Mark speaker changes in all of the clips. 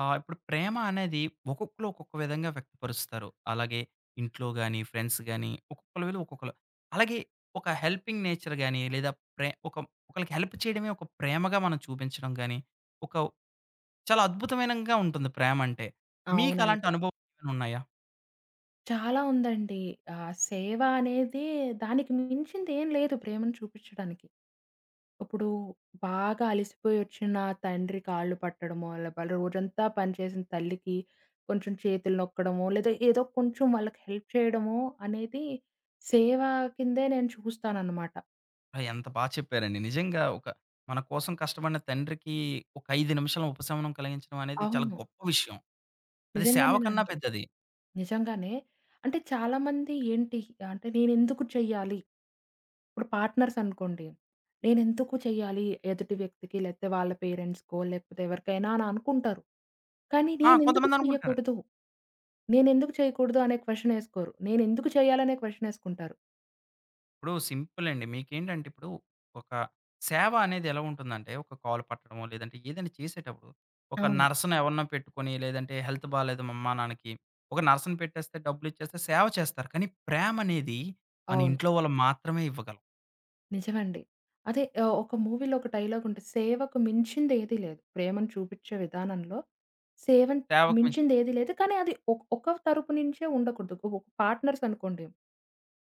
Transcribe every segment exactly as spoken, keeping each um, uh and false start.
Speaker 1: ఆ! ఇప్పుడు ప్రేమ అనేది ఒక్కొక్కళ్ళు ఒక్కొక్క విధంగా వ్యక్తపరుస్తారు. అలాగే ఇంట్లో గాని, ఫ్రెండ్స్ గాని ఒక్కొక్కళ్ళ విలువ ఒక్కొక్కళ్ళు. అలాగే ఒక హెల్పింగ్ నేచర్ గాని లేదా ప్రే ఒక ఒకళ్ళకి హెల్ప్ చేయడమే ఒక ప్రేమగా మనం చూపించడం గాని, ఒక చాలా అద్భుతమైనంగా ఉంటుంది ప్రేమంటే. మీకు అలాంటి
Speaker 2: అవునండి.
Speaker 1: అనుభవం ఏమైనా ఉన్నాయా?
Speaker 2: చాలా ఉందండి. ఆహ్, సేవ అనేది దానికి మించింది ఏం లేదు ప్రేమను చూపిచ్చడానికి. ఇప్పుడు బాగా అలిసిపోయి వచ్చిన తండ్రి కాళ్ళు పట్టడమో, లేపోతే రోజంతా పని చేసిన తల్లికి కొంచెం చేతులు నొక్కడమో, లేదా ఏదో కొంచెం వాళ్ళకి హెల్ప్ చేయడమో అనేది సేవ కిందే నేను చూస్తాననమాట.
Speaker 1: ఆ! ఎంత బా చెప్పారండి. నిజంగా ఒక మన కోసం కష్టపడిన తండ్రికి ఒక ఐదు నిమిషాల ఉపశమనం కలిగించడం అనేది చాలా
Speaker 2: అవును.
Speaker 1: గొప్ప విషయం. అది సేవ కన్నా
Speaker 2: నిజంగానేనండి.
Speaker 1: పెద్దది.
Speaker 2: నిజంగానే. అంటే చాలామంది ఏంటి, అంటే నేనెందుకు చెయ్యాలి? ఇప్పుడు పార్ట్నర్స్ అనుకోండి. నేనెందుకు చెయ్యాలి ఎదుటి వ్యక్తికి, లేతే వాళ్ళ పేరెంట్స్‌కో, లేకపోతే ఎవరికైనా అని అనుకుంటారు. కానీ
Speaker 1: ఆ!
Speaker 2: నేనెందుకు
Speaker 1: కొంతమంది అనుకుంటారు.
Speaker 2: చెయ్యకూడదు? నేనెందుకు చేయకూడదు అనే క్వెషన్ ఏసుకోరు. నేనెందుకు చేయాలనే క్వెషన్ ఏసుకుంటారు.
Speaker 1: ఇప్పుడు సింపుల్ అండి. మీకేంటంటే ఇప్పుడు ఒక సేవ అనేది ఎలా ఉంటుందంటే, ఒక కాలు పట్టడమో, లేదంటే ఏదైనా చేసేటప్పుడు ఒక
Speaker 2: అవును.
Speaker 1: నర్స్‌ని ఎవరినో పెట్టుకొని, లేదంటే హెల్త్ బాలేదు మా అమ్మా, నాన్నకి ఒక నర్స్‌ని పెట్టేస్తే డబ్బులిచ్చేస్తే సేవ చేస్తారు. కానీ ప్రేమ అనేది మన
Speaker 2: అవును.
Speaker 1: ఇంట్లో వాళ్ళు మాత్రమే ఇవ్వగలం.
Speaker 2: నిజమండి. అదే, ఆహ్, ఒక మూవీలో ఒక డైలాగ్ ఉంటది. సేవకు మించిందేది లేదు. ప్రేమను చూపిచ్చే విధానంలో సేవను
Speaker 1: సేవకు మించిన
Speaker 2: మించిందేది లేదు. కానీ అది ఒక ఒక తరపు నుంచే ఉండకూడదు. ఒక పార్ట్నర్స్ అనుకోండి.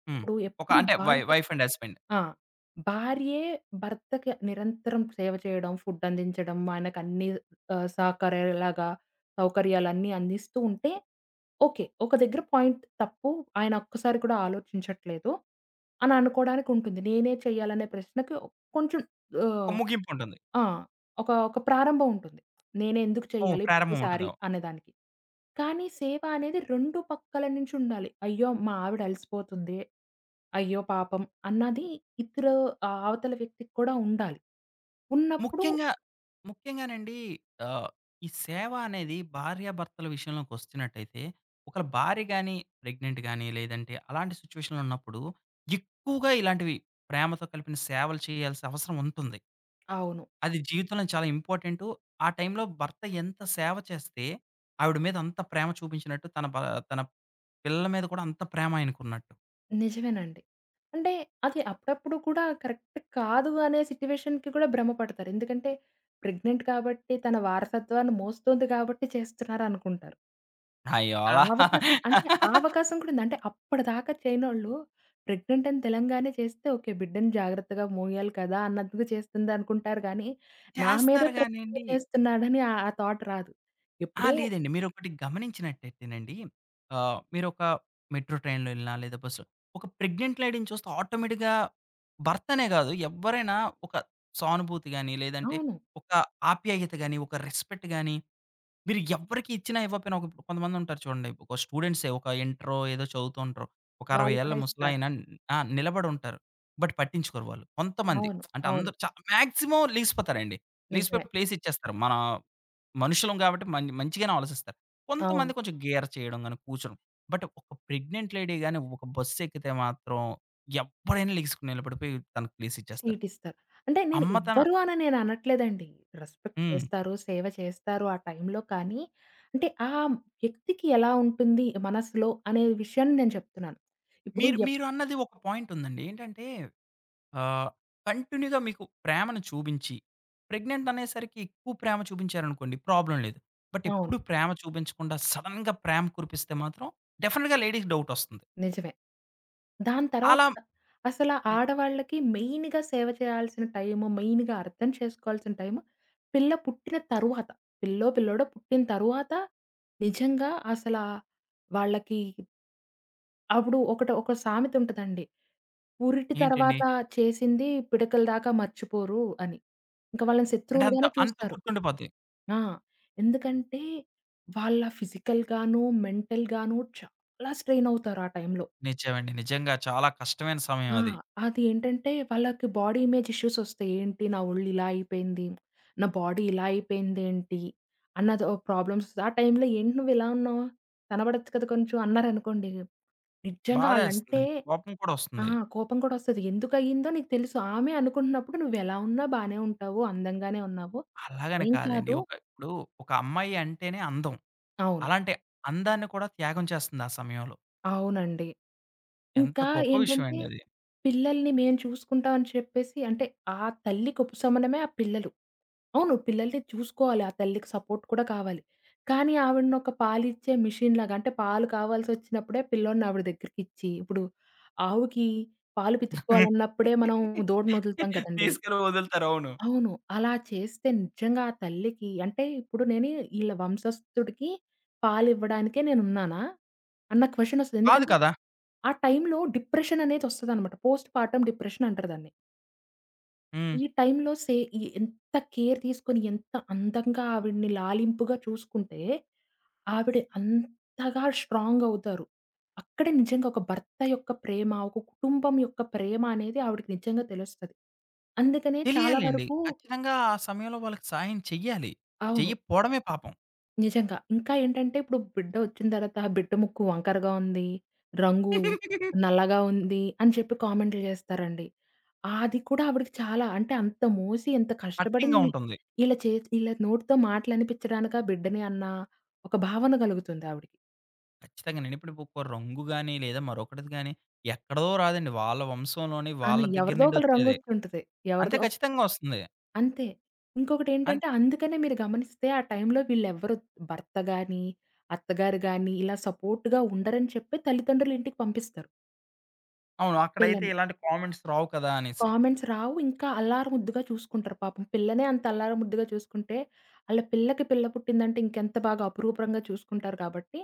Speaker 1: హ్మ్.
Speaker 2: ఇప్పుడు
Speaker 1: ఒక
Speaker 2: ఎప్పుడు
Speaker 1: అంటే వై
Speaker 2: భార్య
Speaker 1: వైఫ్ అండ్ హస్బెండ్
Speaker 2: ఆ! భార్యే భర్తకి నిరంతరం సేవ చేయడం, ఫుడ్ అందించడం, ఆయనకన్నీ ఆహ్, సహకరేలాగా సౌకర్యాలన్నీ అందిస్తూ ఉంటే ఓకే. ఒక దగ్గర పాయింట్ తప్పు. ఆయన ఒక్కసారి కూడా ఆలోచించట్లేదు అని అనుకోవడానికి ఉంటుంది. నేనే చేయాలనే ప్రశ్నకి కొంచెం
Speaker 1: ఒక
Speaker 2: ఆహ్
Speaker 1: ముగింపు ఉంటుంది.
Speaker 2: ఆ! ఒక, ఒక ప్రారంభం ఉంటుంది. నేనెందుకు
Speaker 1: ఓహ్!
Speaker 2: చేయాలి
Speaker 1: ప్రారంభం ఉంటది.
Speaker 2: ప్రతిసారి అనేదానికి. కానీ సేవ అనేది రెండు పక్కల నుంచి ఉండాలి. అయ్యో! మా ఆవిడ అలసిపోతుంది. అయ్యో పాపం! అన్నది ఇతరు ఆహ్, అవతల వ్యక్తికి కూడా ఉండాలి. ఉన్నప్పుడు
Speaker 1: ముఖ్యంగా, ముఖ్యంగానండి ఆహ్, ఈ సేవ అనేది భార్యాభర్తల విషయంలోకొచ్చినట్టయితే, ఒకళ్ళ భార్య గాని, ప్రెగ్నెంట్ గాని, లేదంటే అలాంటి సిట్యుయేషన్‌లో ఉన్నప్పుడు ఎక్కువగా ఇలాంటివి ప్రేమతో కలిపిన సేవలు చేయాల్సిన అవసరం ఉంటుంది.
Speaker 2: అవును.
Speaker 1: అది జీవితంలో చాలా ఇంపార్టెంటు. ఆ టైంలో భర్త ఎంత సేవ చేస్తే, ఆవిడ మీద అంత ప్రేమ చూపించినట్టు, తన బ తన పిల్లల మీద కూడా అంత ప్రేమ ఆయనకున్నట్టు.
Speaker 2: నిజమేనండి. అంటే అది అప్పుడప్పుడు కూడా కరెక్ట్ కాదు అనే సిట్యుయేషన్‌కి కూడా భ్రమ పడతారు. ఎందుకంటే ప్రెగ్నెంట్ కాబట్టి తన వారసత్వాన్ని మోస్తుంది కాబట్టి చేస్తున్నారనుకుంటారు.
Speaker 1: అయ్యో!
Speaker 2: ఆ
Speaker 1: అలా
Speaker 2: అవకాశం, అంటే ఆ అవకాశం కూడా ఉంది. అంటే అప్పటిదాకా చేయనోళ్ళు ప్రెగ్నెంట్ అని తెలంగానే చేస్తే ఓకే. బిడ్డని జాగ్రత్తగా మోయాలి కదా అన్నందుకు చేస్తుందనుకుంటారు గానీ, నా మీద
Speaker 1: చేస్తారు
Speaker 2: ప్రేమతో
Speaker 1: గానండి.
Speaker 2: చేస్తున్నాడని ఆ ఆ థాట్ రాదు.
Speaker 1: ఆ!
Speaker 2: ఎప్పుడో
Speaker 1: లేదండి. మీరొకటి గమనించినట్టయితేనండి, ఆహ్, మీరొక మెట్రో ట్రైన్‌లో ఎళ్ళినా లేదా బస్‌లో ఒక ప్రెగ్నెంట్ లేడీని చూస్తే ఆటోమేటిక్‌గా భర్తనే గాదు, ఎవ్వరైనా ఒక సానుభూతి గాని, లేదంటే
Speaker 2: అవును.
Speaker 1: ఒక ఆప్యాయత గాని, ఒక రెస్పెక్ట్ గాని, మీరు ఎవ్వరికి ఇచ్చినా ఇవ్వకపోయినా ఒక కొంతమందుంటారు చూడండి. ఒక స్టూడెంట్సే ఒక ఇంటరో ఏదో చదువుతూ ఉంటారు. ఒక అరవై
Speaker 2: వాళ్ళు
Speaker 1: ఏళ్ల
Speaker 2: కూడా ఇస్తారు.
Speaker 1: ముసలాయన ఆ! నిలబడుంటారు. బట్ పట్టించుకోరు వాళ్ళు. కొంతమంది
Speaker 2: అవును.
Speaker 1: అంటే
Speaker 2: అవును.
Speaker 1: అందరూ చ మాక్సిమం లెగిసిపోతారండి.
Speaker 2: నిజమే.
Speaker 1: లెగిసిపోయి ప్లేస్ ఇచ్చేస్తారు. మన మనుషులం కాబట్టి మం మంచిగానే ఆలోచిస్తారు.
Speaker 2: అవును.
Speaker 1: కొంతమంది కొంచెం గేర చేయడం గాని, కూర్చోడం. బట్ ఒక ప్రెగ్నెంట్ లేడీ గాని ఒక బస్సు ఎక్కితే మాత్రం ఎవ్వడైనా లెగిసుకొని నిలబడిపోయి తనకి ప్లేస్ ఇచ్చేస్తారు.
Speaker 2: సీట్ ఇస్తారు. అంటే నేను
Speaker 1: అమ్మతన
Speaker 2: ఇవ్వరు అని నేను అనట్లేదండి. రెస్పెక్ట్
Speaker 1: హ్మ్.
Speaker 2: చేస్తారు, సేవ చేస్తారు ఆ టైంలో. కానీ అంటే ఆ వ్యక్తికి ఎలా ఉంటుంది మనసులో అనే విషయాన్ని నేను చెప్తున్నాను. ఇప్పుడు
Speaker 1: మీరు
Speaker 2: ఎప్
Speaker 1: మీరు అన్నది ఒక పాయింట్ ఉందండి. ఏంటంటే ఆహ్, కంటిన్యూ‌గా మీకు ప్రేమను చూపించి, ప్రెగ్నెంట్ అనేసరికి ఎక్కువ ప్రేమ చూపించారనుకోండి ప్రాబ్లమ్ లేదు. బట్
Speaker 2: అవును.
Speaker 1: ఎప్పుడు ప్రేమ చూపించకుండా సడెన్‌గా ప్రేమ కురిపిస్తే మాత్రం డెఫినిట్‌గా లేడీకి డౌట్ వస్తుంది.
Speaker 2: నిజమే. దాని తర్వాత
Speaker 1: అలా
Speaker 2: అసల
Speaker 1: హ్మ్.
Speaker 2: ఆడవాళ్ళకి మెయిన్‌గా సేవ చేయాల్సిన టైము, మెయిన్‌గా అర్థం చేసుకోవాల్సిన టైము పిల్ల పుట్టిన తరువాత. పిల్లో, పిల్లోడో పుట్టిన తరువాత నిజంగా అసల వాళ్ళకి అప్పుడు ఒకటి, ఒక సామెత ఉంటదండి. "ఉరిటి
Speaker 1: ఏంటండి?
Speaker 2: తర్వాత చేసింది పిడకల దాకా మర్చిపోరు" అని. ఇంక వాళ్ళని
Speaker 1: అంటే అంత
Speaker 2: శత్రువులుగానే
Speaker 1: అంత
Speaker 2: చూస్తారు.
Speaker 1: గుర్తుండిపోద్ది.
Speaker 2: ఆ! ఎందుకంటే వాళ్ళ ఫిజికల్‌గాను, మెంటల్‌గాను చాలా స్ట్రెయిన్ అవుతారు ఆ టైంలో.
Speaker 1: నిజమండి. నిజంగా చాలా కష్టమైన సమయం
Speaker 2: ఆ!
Speaker 1: అది.
Speaker 2: అది ఏంటంటే వాళ్ళకి బాడీ ఇమేజ్ ఇష్యూస్ వస్తాయి. ఏంటి నా ఒళ్ళు ఇలా అయిపోయింది. నా బాడీ ఇలా అయిపోయిందేంటి అన్నది ఓ ప్రాబ్లమ్స్. ఆ టైంలో ఏంటి నువ్వు ఇలా ఉన్నావు? కనబడొచ్చు కదా కొంచెం అన్నారనుకోండి. నిజంగా ఆళ్ళంటే
Speaker 1: బాధేస్తుంది. హ్మ్. కోపం కూడా
Speaker 2: ఆ!
Speaker 1: వస్తుంది.
Speaker 2: కోపం కూడా వస్తది. ఎందుకయిందో నీకు తెలుసు. ఆమె అనుకుంటున్నప్పుడు నువ్వు ఎలా ఉన్నా బానే ఉంటావు. అందంగానే ఉన్నావు.
Speaker 1: అలాగని
Speaker 2: ఏం
Speaker 1: కాదండి.
Speaker 2: కాదు.
Speaker 1: ఒక ఇప్పుడు ఒక అమ్మాయి అంటేనే అందం.
Speaker 2: అవును.
Speaker 1: అలాంటి అందాన్ని కూడా త్యాగం చేస్తుంది ఆ సమయంలో.
Speaker 2: అవునండి.
Speaker 1: ఎంత
Speaker 2: ఇంకా
Speaker 1: గొప్ప విషయం
Speaker 2: ఏంటంటే
Speaker 1: అండి అది.
Speaker 2: పిల్లల్ని మేము చూసుకుంటాం అని చెప్పేసి, అంటే ఆ తల్లికి ఉపశమనమే ఆ పిల్లలు. అవును. పిల్లల్ని చూసుకోవాలి. ఆ తల్లికి సపోర్ట్ కూడా కావాలి. కానీ ఆవిడని ఒక పాలిచ్చే మిషన్‌లాగా, అంటే పాలు కావాల్సొచ్చినప్పుడే పిల్లోడిని ఆవిడ దగ్గరికిచ్చి, ఇప్పుడు ఆవుకి పాలు పితుక్కోవాలన్నప్పుడే మనం దూడనొదులుతాం కదండీ!
Speaker 1: తీసుకెళ్ళి వదులుతారు. అవును.
Speaker 2: అవును. అలా చేస్తే నిజంగా ఆ తల్లికి, అంటే ఇప్పుడు నేను ఈళ్ళ వంశస్థుడికి పాలివ్వడానికే నేనున్నానా అన్న క్వెషన్ ఒస్తది.
Speaker 1: కాదు
Speaker 2: ఎందుకంటే
Speaker 1: కదా!
Speaker 2: ఆ టైంలో డిప్రెషన్ అనేదొస్తదనమాట. పోస్ట్ పార్టమ్ డిప్రెషన్ అంటారు దాన్ని.
Speaker 1: హ్మ్.
Speaker 2: ఈ టైంలో సే ఈ ఎంత కేర్ తీసుకొని, ఎంత అందంగా ఆవిడని లాలింపుగా చూసుకుంటే, ఆవిడ అంతగా స్ట్రాంగ్ అవుతారు. అక్కడే నిజంగా ఒక భర్త యొక్క ప్రేమ, ఒక కుటుంబం యొక్క ప్రేమ అనేది ఆవిడకి నిజంగా తెలుస్తది. అందుకనే చాలా
Speaker 1: తెలియాలండి.
Speaker 2: వరకు
Speaker 1: ఖచ్చితంగా ఆ సమయంలో వాళ్ళకి సాయం చెయ్యాలి.
Speaker 2: అవును.
Speaker 1: చెయ్యకపోవడమే పాపం.
Speaker 2: నిజంగా. ఇంకా ఏంటంటే ఇప్పుడు బిడ్డ వచ్చిన తర్వాత ఆ బిడ్డ ముక్కు వంకరగా ఉంది, రంగు నల్లగా ఉంది అని చెప్పి కామెంట్లు చేస్తారండి. అది కూడా ఆవిడకి చాలా, అంటే అంత మోసి ఎంత
Speaker 1: కఠినంగా
Speaker 2: కష్టపడింది
Speaker 1: ఉంటుంది.
Speaker 2: ఈళ్ళ చే ఈళ్ళ నోటితో మాటలనిపించడానికా బిడ్డని అన్న ఒక భావన కలుగుతుంది ఆవిడకి.
Speaker 1: ఖచ్చితంగానండి. ఇప్పుడు ఒక రంగు గాని, లేదా మరొకటిది గాని ఎక్కడదో రాదండి. వాళ్ళ వంశంలోని
Speaker 2: అవును.
Speaker 1: వాళ్ళ దగ్గర
Speaker 2: ఎవరిదో
Speaker 1: నుండి
Speaker 2: ఒకళ్ళ
Speaker 1: వచ్చేదే.
Speaker 2: రంగొచ్చుంటది.
Speaker 1: అంతే
Speaker 2: ఎవరిదో ఒక-
Speaker 1: ఖచ్చితంగా వస్తుంది.
Speaker 2: అంతే.
Speaker 1: అన్
Speaker 2: ఇంకొకటేంటంటే అందుకనే మీరు గమనిస్తే ఆ టైంలో వీళ్ళెవ్వరు, భర్త గాని, అత్తగారు గాని ఇలా సపోర్ట్‌గా ఉండరని చెప్పి తల్లిదండ్రులు ఇంటికి పంపిస్తారు
Speaker 1: అవును. అక్కడైతే
Speaker 2: పిల్లని.
Speaker 1: ఇలాంటి కామెంట్స్ రావు కదా! అనేసి.
Speaker 2: కామెంట్స్ రావు. ఇంకా అల్లారుముద్దుగా చూసుకుంటారు పాపం. పిల్లనే అంత అల్లారుముద్దుగా చూసుకుంటే, ఆళ్ళ పిల్లకి పిల్ల పుట్టిందంటే ఇంకెంత బాగా అపురూపంగా చూసుకుంటారు కాబట్టి,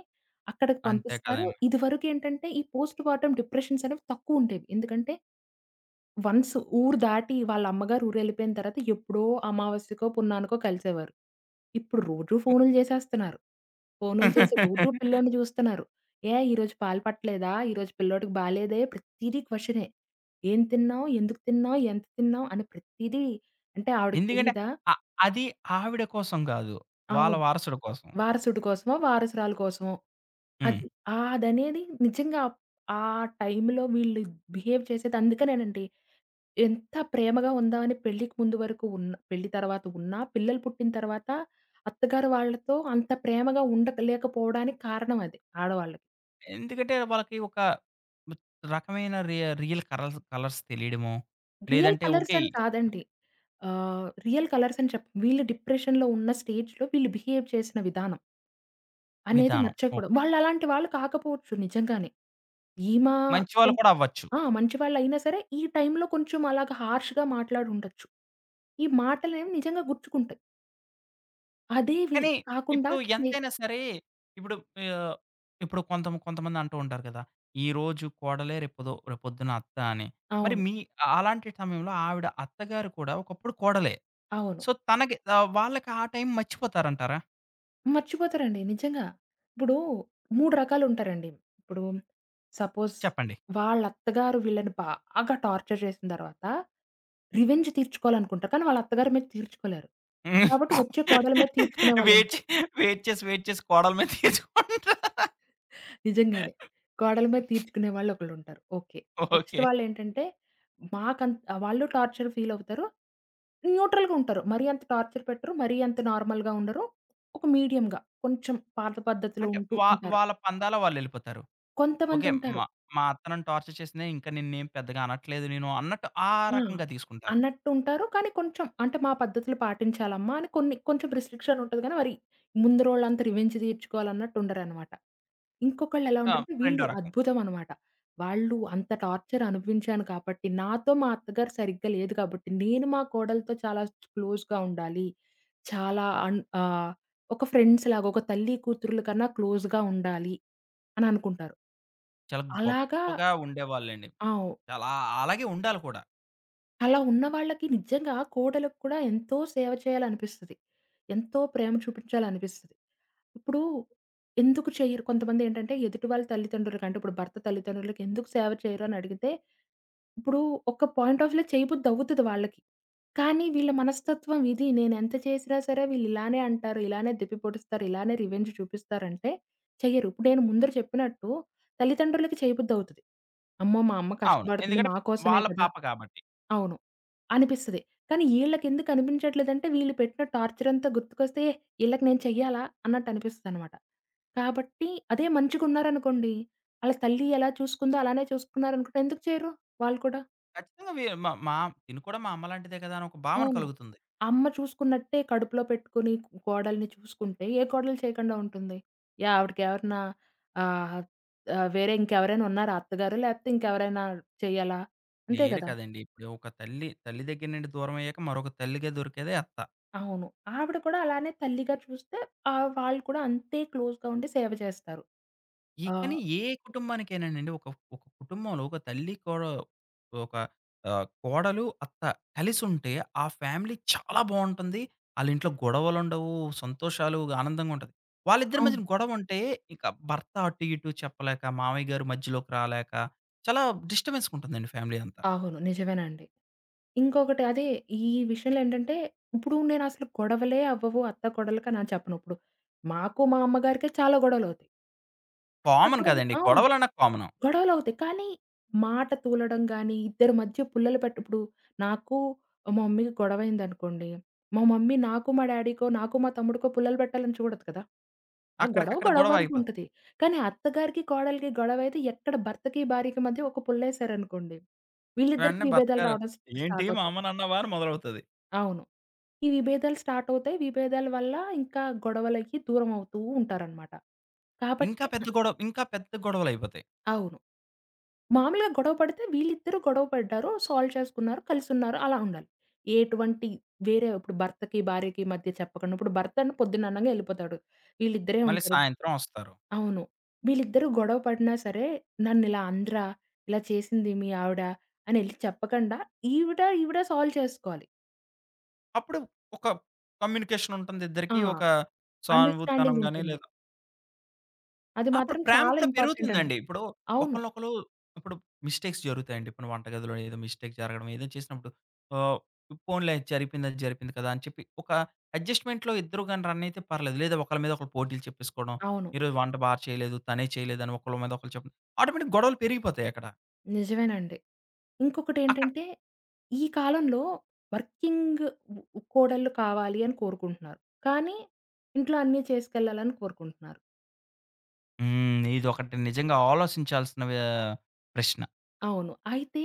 Speaker 2: అక్కడికి
Speaker 1: అంతే
Speaker 2: పంపిస్తారు.
Speaker 1: కదండీ.
Speaker 2: ఇదివరకేంటంటే, ఈ పోస్ట్ పార్టమ్ డిప్రెషన్స్ అనేవి తక్కువుండేవి. ఎందుకంటే, వన్స్ ఊరు దాటి వాళ్ళ అమ్మగారు ఊరెళ్ళిపోయిన తర్వాత ఎప్పుడో అమావాస్యకో, పున్నానికో కలిసేవారు. ఇప్పుడు రోజూ ఫోనులు చేసేస్తున్నారు. ఫోనులు చేసి రోజు పిల్లోడిని చూస్తున్నారు. "ఏ ఈరోజు పాలు పట్టలేదా? ఈరోజు పిల్లోడికి బాలేదే?" ప్రతీదీ క్వెషనే. "ఏం తిన్నావు? ఎందుకు తిన్నావు? ఎంత తిన్నావు?" అని ప్రతీదీ, అంటే ఆవిడకి
Speaker 1: ఎందుకంటే
Speaker 2: తెలీదా?
Speaker 1: అ అది ఆవిడ కోసం కాదు. వాళ్ళ
Speaker 2: అవును.
Speaker 1: వారసుడి కోసం.
Speaker 2: వారసుడి కోసమో, వారసురాలు కోసమో.
Speaker 1: హ్మ్.
Speaker 2: అది. ఆ అదనేది నిజంగా ఆ టైంలో వీళ్ళు బిహేవ్ చేసేది అందుకనేనండి. ఎంత ప్రేమగా ఉందామని పెళ్ళికి ముందు వరకు ఉన్న, పెళ్లి తర్వాత ఉన్నా, పిల్లలు పుట్టిన తర్వాత అత్తగారు వాళ్ళతో అంత ప్రేమగా ఉండలేకపోవడానికి కారణం అది ఆడవాళ్ళకి.
Speaker 1: ఎందుకంటే వాళ్ళకి ఒక రకమైన రి రియల్ కరల్స్ కలర్స్ తెలియడమో,
Speaker 2: రియల్
Speaker 1: లేదంటే
Speaker 2: కలర్స్
Speaker 1: ఓకే.
Speaker 2: అని కాదండి. ఆహ్, రియల్ కలర్స్ అని చెప్పను. వీళ్ళు డిప్రెషన్‌లో ఉన్న స్టేజ్‌లో వీళ్ళు బిహేవ్ చేసిన విధానం అనేది
Speaker 1: విధానం. ఓహ్!
Speaker 2: నచ్చకూడదు. వాళ్ళలాంటి వాళ్ళు కాకపోవచ్చు నిజంగానే. ఈమ
Speaker 1: మంచి
Speaker 2: కొం
Speaker 1: వాళ్ళు కూడా అవ్వచ్చు.
Speaker 2: ఆ! మంచివాళ్ళైనా సరే ఈ టైంలో కొంచెం అలాగా హార్ష్‌గా మాట్లాడుండొచ్చు. ఈ మాటలేమి నిజంగా గుచ్చుకుంటాయి. అదే వి
Speaker 1: కానీ
Speaker 2: కాకుండా
Speaker 1: ఇప్పుడు
Speaker 2: స్నే
Speaker 1: ఎంతైనా సరే, ఇప్పుడు ఆహ్, ఇప్పుడు కొంత కొంతమంది అంటూ ఉంటారు కదా! ఈరోజు కోడలే రేపొదో రేపొద్దున అత్త అని. మరి
Speaker 2: అవును.
Speaker 1: మీ అలాంటి సమయంలో ఆవిడ అత్తగారు కూడా ఒకప్పుడు కోడలే.
Speaker 2: అవును.
Speaker 1: సో, తనకి ఆహ్, వాళ్ళకి ఆ టైం మర్చిపోతారంటారా?
Speaker 2: మర్చిపోతారండి. నిజంగా. ఇప్పుడు మూడు రకాలుంటారండి. ఇప్పుడు సపోజ్
Speaker 1: చెప్పండి.
Speaker 2: వాళ్ళ అత్తగారు వీళ్ళని బాగా టార్చర్ చేసిన తర్వాత రివెంజ్ తీర్చుకోవాలనుకుంటారు. కానీ వాళ్ళ అత్తగారి మీద తీర్చుకోలేరు.
Speaker 1: ఉమ్.
Speaker 2: కాబట్టి వచ్చే కోడల మీద తీర్చుకునే
Speaker 1: వెయిట్ చే
Speaker 2: వాళ్ళుంటారు.
Speaker 1: వెయిట్ చేసి, వెయిట్ చేసి కోడల మీద తీసుకుంటారా?
Speaker 2: నిజంగానే. కోడల మీద తీర్చుకునే వాళ్ళు ఒకళ్ళుంటారు. ఓకే. Next
Speaker 1: okay.
Speaker 2: వాళ్ళేంటంటే మాకం వాళ్ళు టార్చర్ ఫీల్ అవుతారు. న్యూట్రల్‌గా ఉంటారు. మరీ అంత టార్చర్ పెట్టరు. మరీ అంత నార్మల్‌గా ఉండరు. ఒక మీడియం‌గా కొంచెం పాత పద్ధతిలో
Speaker 1: అంటే
Speaker 2: ఉంటూ
Speaker 1: వా
Speaker 2: ఉంటారు.
Speaker 1: వాళ్ళ పందాల వాళ్ళెళ్ళిపోతారు. ఓకే.
Speaker 2: కొంతమందుంటారు.
Speaker 1: మా మా అత్త నన్ను టార్చర్ చేసిందే, ఇంకా నిన్నేం పెద్దగా అనట్లేదు నేను అన్నట్టు ఆ
Speaker 2: ఆ!
Speaker 1: రకంగా తీసుకుంటారు.
Speaker 2: అన్నట్టుంటారు. కానీ కొంచెం, అంటే మా పద్ధతులు పాటించాలమ్మా అని కొన్ని కొంచెం రిస్ట్రిక్షన్ ఉంటది గానీ, మరి ముందురోళ్ళంత రివెంజ్ తీర్చుకోవాలన్నట్టు ఉండరనమాట. ఇంకొకళ్ళెలా
Speaker 1: ఆ!
Speaker 2: ఉంటారంటే వీళ్ళు
Speaker 1: రెండో రకం.
Speaker 2: అద్భుతం అనమాట. వాళ్ళు అంత టార్చర్ అనుభవించాను కాబట్టి, నాతో మా అత్తగారు సరిగ్గా లేదు కాబట్టి, నేను మా కోడలతో చాలా క్లోజ్‌గా ఉండాలి. చాలా అన్ ఆహ్, ఒక ఫ్రెండ్స్ లాగా, ఒక తల్లి కూతుర్ల కన్నా క్లోజ్‌గా ఉండాలి అని అనుకుంటారు.
Speaker 1: చాలా
Speaker 2: అలాగా
Speaker 1: గొప్పగా ఉండేవాళ్ళండి.
Speaker 2: ఆ!
Speaker 1: చాలా అలాగే ఉండాలి కూడా.
Speaker 2: అలా ఉన్న వాళ్ళకి నిజంగా కోడలికి కూడా ఎంతో సేవ చేయాలనిపిస్తది. ఎంతో ప్రేమ చూపించాలనిపిస్తది. ఇప్పుడు ఎందుకు చెయ్యరు? కొంతమందేంటంటే ఎదుటి వాళ్ళ తల్లిదండ్రులకంటే ఇప్పుడు భర్త తల్లిదండ్రులకి ఎందుకు సేవ చేయరు అని అడిగితే ఇప్పుడు ఒక పాయింట్ ఆఫ్ వ్యూలో చేయబుద్ధి అవుతది వాళ్ళకి. కానీ వీళ్ళ మనస్తత్వం ఇది. నేనెంత చేసినా సరే వీళ్ళిలానే అంటారు, ఇలానే దెప్పి పొడుస్తారు, ఇలానే రివెంజ్ చూపిస్తారంటే చెయ్యరు. ఇప్పుడు నేను ముందర చెప్పినట్టు తల్లిదండ్రులకి చేయబుద్ధవుతది. అమ్మో! మా అమ్మ
Speaker 1: అవును.
Speaker 2: కష్టపడుతుంది
Speaker 1: ఎందుకంటే
Speaker 2: మా కోసమే
Speaker 1: వాళ్ళ
Speaker 2: కదా!
Speaker 1: పాప కాబట్టి.
Speaker 2: అవును. అనిపిస్తది. కానీ ఈళ్ళకెందుకు అనిపించట్లేదంటే వీళ్ళు పెట్టిన టార్చర్ అంతా గుర్తుకొస్తే ఈళ్ళకి నేను చెయ్యాలా అన్నట్టు అనిపిస్తదనమాట. కాబట్టి అదే మంచిగున్నారనుకోండి, ఆళ్ళ తల్లి ఎలా చూసుకుందో అలానే చూసుకున్నారనుకుంటే ఎందుకు చేయరు వాళ్ళు కూడా?
Speaker 1: ఖచ్చితంగా వీ మా మా తిను కూడా మా అమ్మలాంటిదే కదా! అని ఒక భావన
Speaker 2: అవును.
Speaker 1: కలుగుతుంది.
Speaker 2: అమ్మ చూసుకున్నట్టే కడుపులో పెట్టుకొని కోడల్ని చూసుకుంటే, ఏ కోడలు చేయకుండా ఉంటుంది? యాహ్! ఆవిడకెవరన్నా ఆహ్, ఆహ్, వేరే ఇంకెవరైనా ఉన్నారా అత్తగారు? లేపోతే ఇంకెవరైనా చెయ్యాలా? అంతే
Speaker 1: లేరు
Speaker 2: గదా!
Speaker 1: కదండీ! ఇప్పుడు ఒక తల్లి, తల్లి దగ్గర నుండి దూరమయ్యాక మరొక తల్లిగా దొరికేదే అత్త.
Speaker 2: అవును. ఆవిడ కూడా అలానే తల్లిగా చూస్తే ఆహ్, వాళ్ళు కూడా అంతే క్లోజ్‌గా ఉండి సేవ చేస్తారు.
Speaker 1: ఈ
Speaker 2: ఆ!
Speaker 1: కానీ ఏ కుటుంబానికేనండి ఒక, ఒక కుటుంబంలో ఒక తల్లి, కోడ ఒక ఆహ్, కోడలు, అత్త కలిసుంటే ఆ ఫ్యామిలీ చాలా బావుంటుంది. ఆళ్ళింట్లో గొడవలుండవు, సంతోషాలు, ఆనందంగా ఉంటది. వాళ్ళిద్దరి
Speaker 2: అవును.
Speaker 1: మధ్యన గొడవుంటే ఇక భర్త అటు ఇటు చెప్పలేక, మామయ్య గారు మధ్యలోకి రాలేక చాలా డిస్టర్బెన్స్‌గా ఉంటుందండి ఫ్యామిలీ అంతా.
Speaker 2: అవును. నిజమేనండి. ఇంకొకటి అదే ఈ విషయంలో ఏంటంటే, ఇప్పుడు నేనసలు గొడవలే అవ్వవు అత్త, కోడళ్ళకని అని చెప్పను. ఇప్పుడు మాకు మా అమ్మగారికే చాలా గొడవలవుతాయి. అత్త
Speaker 1: కామన్
Speaker 2: కోడలు
Speaker 1: కదండీ!
Speaker 2: అవును.
Speaker 1: గొడవలన్నా కామను.
Speaker 2: గొడవలవుతాయి. కానీ మాట తూలడం గానీ, ఇద్దరి మధ్య పుల్లలు పెట్ట ఇప్పుడు నాకు మా మమ్మీకి గొడవయిందనుకోండి, మా మమ్మీ నాకు, మా డ్యాడీకో, నాకు మా తమ్ముడికో పుల్లలు పెట్టాలని చూడదు కదా! ఆ గొడవ
Speaker 1: అక్కడికక్కడ
Speaker 2: గొడవ
Speaker 1: గొడవ
Speaker 2: వరకు
Speaker 1: ఆగిపోద్ది.
Speaker 2: ఉంటది. కానీ అత్తగారికి, కోడలికి గొడవయితే ఎక్కడ భర్తకి, భార్యకి మధ్య ఒక పుల్లేశారనుకోండి వీళ్ళిద్దరికీ
Speaker 1: వెంటనే భర్త
Speaker 2: విభేదాలు
Speaker 1: గారు,
Speaker 2: రావడం స్
Speaker 1: "ఏంటి
Speaker 2: స్టార్ట్
Speaker 1: మా
Speaker 2: అవుతాయి.
Speaker 1: అమ్మనన్నావా?" అని మొదలవుతది.
Speaker 2: అవును. ఈ విభేదాలు స్టార్ట్ అవుతాయి. విభేదాల వల్ల ఇంకా గొడవలకి దూరం అవుతూ ఉంటారనమాట.
Speaker 1: ఇంకా
Speaker 2: కాబట్టి అ
Speaker 1: పెద్ద గొడవ ఇంకా పెద్ద గొడవలయిపోతాయి.
Speaker 2: అవును. మామూలుగా గొడవ పడితే వీళ్ళిద్దరూ గొడవ పడ్డారు. సాల్వ్ చేసుకున్నారు. కలిసున్నారు. అలా ఉండాలి. ఎటువంటి వేరే ఇప్పుడు భర్తకి, భార్యకి మధ్య చెప్పకుండా ఇప్పుడు భర్త అన్న పొద్దున్న అనంగా ఎళ్ళిపోతాడు. వీళ్ళిద్దరే
Speaker 1: మళ్ళీ
Speaker 2: ఉంటారు.
Speaker 1: సాయంత్రం ఒస్తారు.
Speaker 2: అవును. వీళ్ళిద్దరూ గొడవ పడినా సరే నన్నిలా అనరా, ఇలా చేసింది మీ ఆవిడ అని ఎళ్లి చెప్పకుండా ఈవిడ, ఈవిడ సాల్వ్ చేసుకోవాలి.
Speaker 1: అప్పుడు ఒక కమ్యూనికేషన్ ఉంటుంది
Speaker 2: ఆ!
Speaker 1: ఇద్దరికీ. ఒక సానుభూతితనం
Speaker 2: అండర్‌స్టాండింగ్
Speaker 1: గాని
Speaker 2: ఉంటుంది.
Speaker 1: లేదా
Speaker 2: అది
Speaker 1: అప్పుడు
Speaker 2: మాత్రం
Speaker 1: ప్రేమ
Speaker 2: చాలా
Speaker 1: కూడా
Speaker 2: ఇంపార్టెంట్ అండి.
Speaker 1: పెరుగుతుందండి. ఇప్పుడు
Speaker 2: అవును.
Speaker 1: ఒకళ్ళొకళ్ళు ఇప్పుడు మిస్టేక్స్ జరుగుతాయండి. ఇప్పుడు వంటగదిలో ఏదో మిస్టేక్ జరగడం, ఏదో చేసినప్పుడు ఆహ్, పోనీలే జరిపింది అది జరిపింది కదా! అని చెప్పి ఒక అడ్జస్ట్‌మెంట్‌లో ఇద్దరు గాని రన్ అయితే పర్లేదు. లేదా ఒకళ్ళ మీద ఒకళ్ళు పోటీలు చెప్పేసుకోవడం.
Speaker 2: అవును.
Speaker 1: ఈరోజు వంట బా చేయలేదు, తనే చేయలేదని ఒకళ్ళ మీద ఒకళ్ళు చెప్పడం. ఆటోమేటిక్ గొడవలు పెరిగిపోతాయి అక్కడ.
Speaker 2: నిజమేనండి.
Speaker 1: అక్కడ
Speaker 2: ఇంకొకటేంటంటే, ఈ కాలంలో వర్కింగ్ వ్ కోడళ్ళు కావాలి అని కోరుకుంటున్నారు. కానీ ఇంట్లో అన్నీ చేసుకెళ్ళాలని కోరుకుంటున్నారు.
Speaker 1: హ్మ్. ఇదొకటి నిజంగా ఆలోచించాల్సిన ఆహ్, ప్రశ్న.
Speaker 2: అవును. అయితే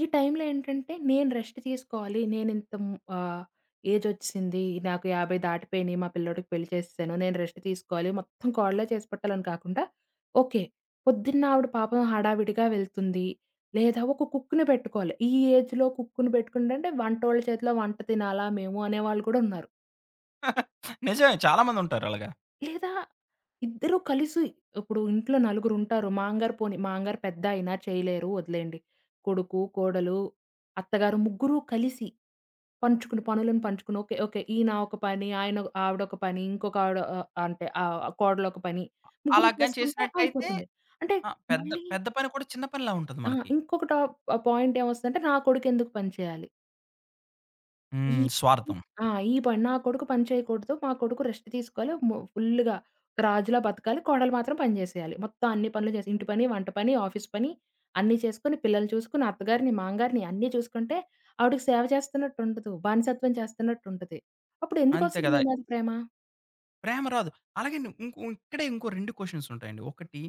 Speaker 2: ఈ టైంలో ఏంటంటే, నేను రెస్ట్ తీసుకోవాలి. నేనింత హ్మ్, ఆహ్, ఏజొచ్చేసింది. నాకు యాభై దాటిపోయినియి. మా పిల్లోడికి పెళ్లి చేసేసాను. నేను రెస్ట్ తీసుకోవాలి. మొత్తం కోడలే చేసి పెట్టాలని కాకుండా, ఓకే. పొద్దున్న ఆవిడ పాపం హడావిడిగా వెళ్తుంది. లేదా ఒక కుక్‌ని పెట్టుకోవాలి. ఈ ఏజ్‌లో కుక్‌ని పెట్టుకుంటే వంటోళ్ళ చేతిలో వంట తినాలా మేము అనేవాళ్ళు కూడా ఉన్నారు.
Speaker 1: నిజమే చాలా మందుంటారు అలాగా.
Speaker 2: లేదా ఇద్దరూ కలిసి ఇప్పుడు ఇంట్లో నలుగురుంటారు. మా అంగారు పోనీ మా అంగారు పెద్దాయన చేయలేరు వదిలేయండి. కొడుకు, కోడలు, అత్తగారు ముగ్గురు కలిసి పంచుకుని పనులను పంచుకుని ఓకే. ఓకే. ఈయన ఒక పని, ఆయన ఆవిడొక పని, ఇంకొక ఆవిడ ఆహ్, అంటే ఆహ్, కోడలొక పని.
Speaker 1: అలా
Speaker 2: ముగ్గురు
Speaker 1: గాని
Speaker 2: చేసుకుంటే
Speaker 1: చేసినట్టయితే
Speaker 2: అయిపోతుంది. అంటే
Speaker 1: ఆ! పెద్ద
Speaker 2: మళ్ళీ
Speaker 1: పెద్ద పని కూడా చిన్న పనిలా ఉంటది
Speaker 2: ఆ!
Speaker 1: మనకి.
Speaker 2: ఇంకొకటి ఆహ్, పాయింట్ ఏమొస్తదంటే నా కొడుకెందుకు పని చేయాలి? ఈ
Speaker 1: హ్మ్.
Speaker 2: పని
Speaker 1: స్వార్థం.
Speaker 2: ఆ! ఈ పని నా కొడుకు పని చేయకూడదు. మా కొడుకు రెస్ట్ తీసుకోవాలి. మొ ఫుల్లుగా రాజులా బతకాలి. కోడలు మాత్రం పని జేసేయాలి. మొత్తం అన్ని పనులు చేసి ఇంటి పని, వంట పని, ఆఫీస్ పని అన్నీ చేసుకొని, పిల్లల్ని చూసుకొని, అత్తగారిని, మామగారిని అన్నీ చూసుకుంటే ఆవిడకి సేవ చేస్తున్నట్టుండదు. బానిసత్వం చేస్తున్నట్టుంటది. అప్పుడు
Speaker 1: అంతే
Speaker 2: ఎందుకొస్తది
Speaker 1: కదా!
Speaker 2: మీ మీద ప్రేమ?
Speaker 1: ప్రేమ రాదు. అలాగే ను- ఇంకో ఇక్కడే ఇంకో రెండు క్వెషన్స్ ఉంటాయండి. ఒకటి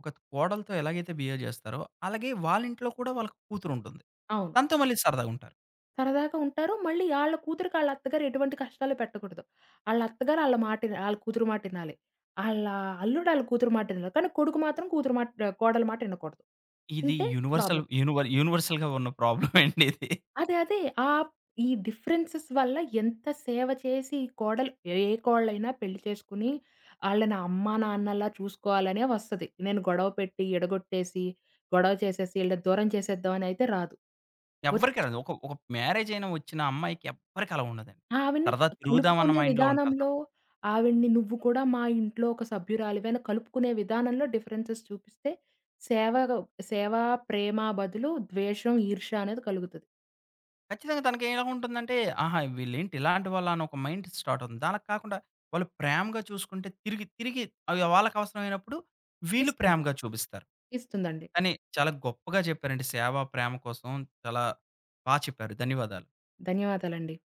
Speaker 1: ఒక కోడలతో ఎలాగైతే బిహేవ్ చేస్తారో, అలాగే వాళ్ళ ఇంట్లో కూడా వాళ్ళకి కూతురుంటుంది.
Speaker 2: అవును.
Speaker 1: తనతో మళ్ళీ సరదాగుంటారు.
Speaker 2: సరదాగా ఉంటారు. మళ్ళీ ఆళ్ళ కూతురికి ఆళ్ళ అత్తగారు ఎటువంటి కష్టాలు పెట్టకూడదు. ఆళ్ళ అత్తగారు ఆళ్ళ మాట ఇన ఆళ్ళ కూతురు మాట ఇనాలి. ఆళ్ళ అల్లుడు ఆళ్ళ కూతురు మాట ఇనాలి. కానీ కొడుకు మాత్రం కూతురు మాట కోడలు మాట ఇనకూడదు.
Speaker 1: ఇది
Speaker 2: ఇంతే
Speaker 1: యూనివర్సల్
Speaker 2: ప్రాబ్లమ్.
Speaker 1: యూనివర్ యూనివర్సల్‌గా ఉన్న ప్రాబ్లమ్ అండి ఇది.
Speaker 2: అదే అదే ఆహ్, ఈ డిఫరెన్సెస్ వల్ల ఎంత సేవ చేసి ఈ కోడలు ఏ కోడలైనా పెళ్లి చేసుకొని ఆళ్ళని అమ్మా, నాన్నలా చూసుకోవాలనే వస్తది. నేను గొడవ పెట్టి, ఎడగొట్టేసి, గొడవ చేసేసి ఈళ్ళని దూరం చేసేద్దాం అని అయితే రాదు.
Speaker 1: ఎవ్వరికీ రాదు. ఒక ఒక మ్యారేజ్ అయిన వచ్చిన అమ్మాయికి ఎవ్వరికీ అలా ఉండదండి.
Speaker 2: ఆవిడని
Speaker 1: సరదా తిరుగుదాం అన్న
Speaker 2: కలుపుకునే
Speaker 1: మైండ్‌లో ఉంటారు.
Speaker 2: విధానంలో, ఆవిడని నువ్వు కూడా మా ఇంట్లో ఒక సభ్యురాలివే అని కలుపుకునే విధానంలో డిఫరెన్సెస్ చూపిస్తే, సేవగ సేవ, ప్రేమ బదులు ద్వేషం, ఈర్ష్య అనేది కలుగుతది.
Speaker 1: ఖచ్చితంగా తనకేలా ఉంటుందంటే, ఆహా! వీళ్ళేంటి ఇలాంటి వాళ్ళా అని ఒక మైండ్ స్టార్ట్ అవుతుంది. అలా కాకుండా వాళ్ళు ప్రేమగా చూసుకుంటే తిరిగి, తిరిగి అవి వాళ్ళకవసరమైనప్పుడు వీళ్ళు
Speaker 2: ఇస్తుంది.
Speaker 1: ప్రేమగా చూపిస్తారు.
Speaker 2: ఇస్తుందండి.
Speaker 1: కానీ చాలా గొప్పగా చెప్పారండి. సేవ, ప్రేమ కోసం చాలా బా చెప్పారు. ధన్యవాదాలు.
Speaker 2: ధన్యవాదాలండి.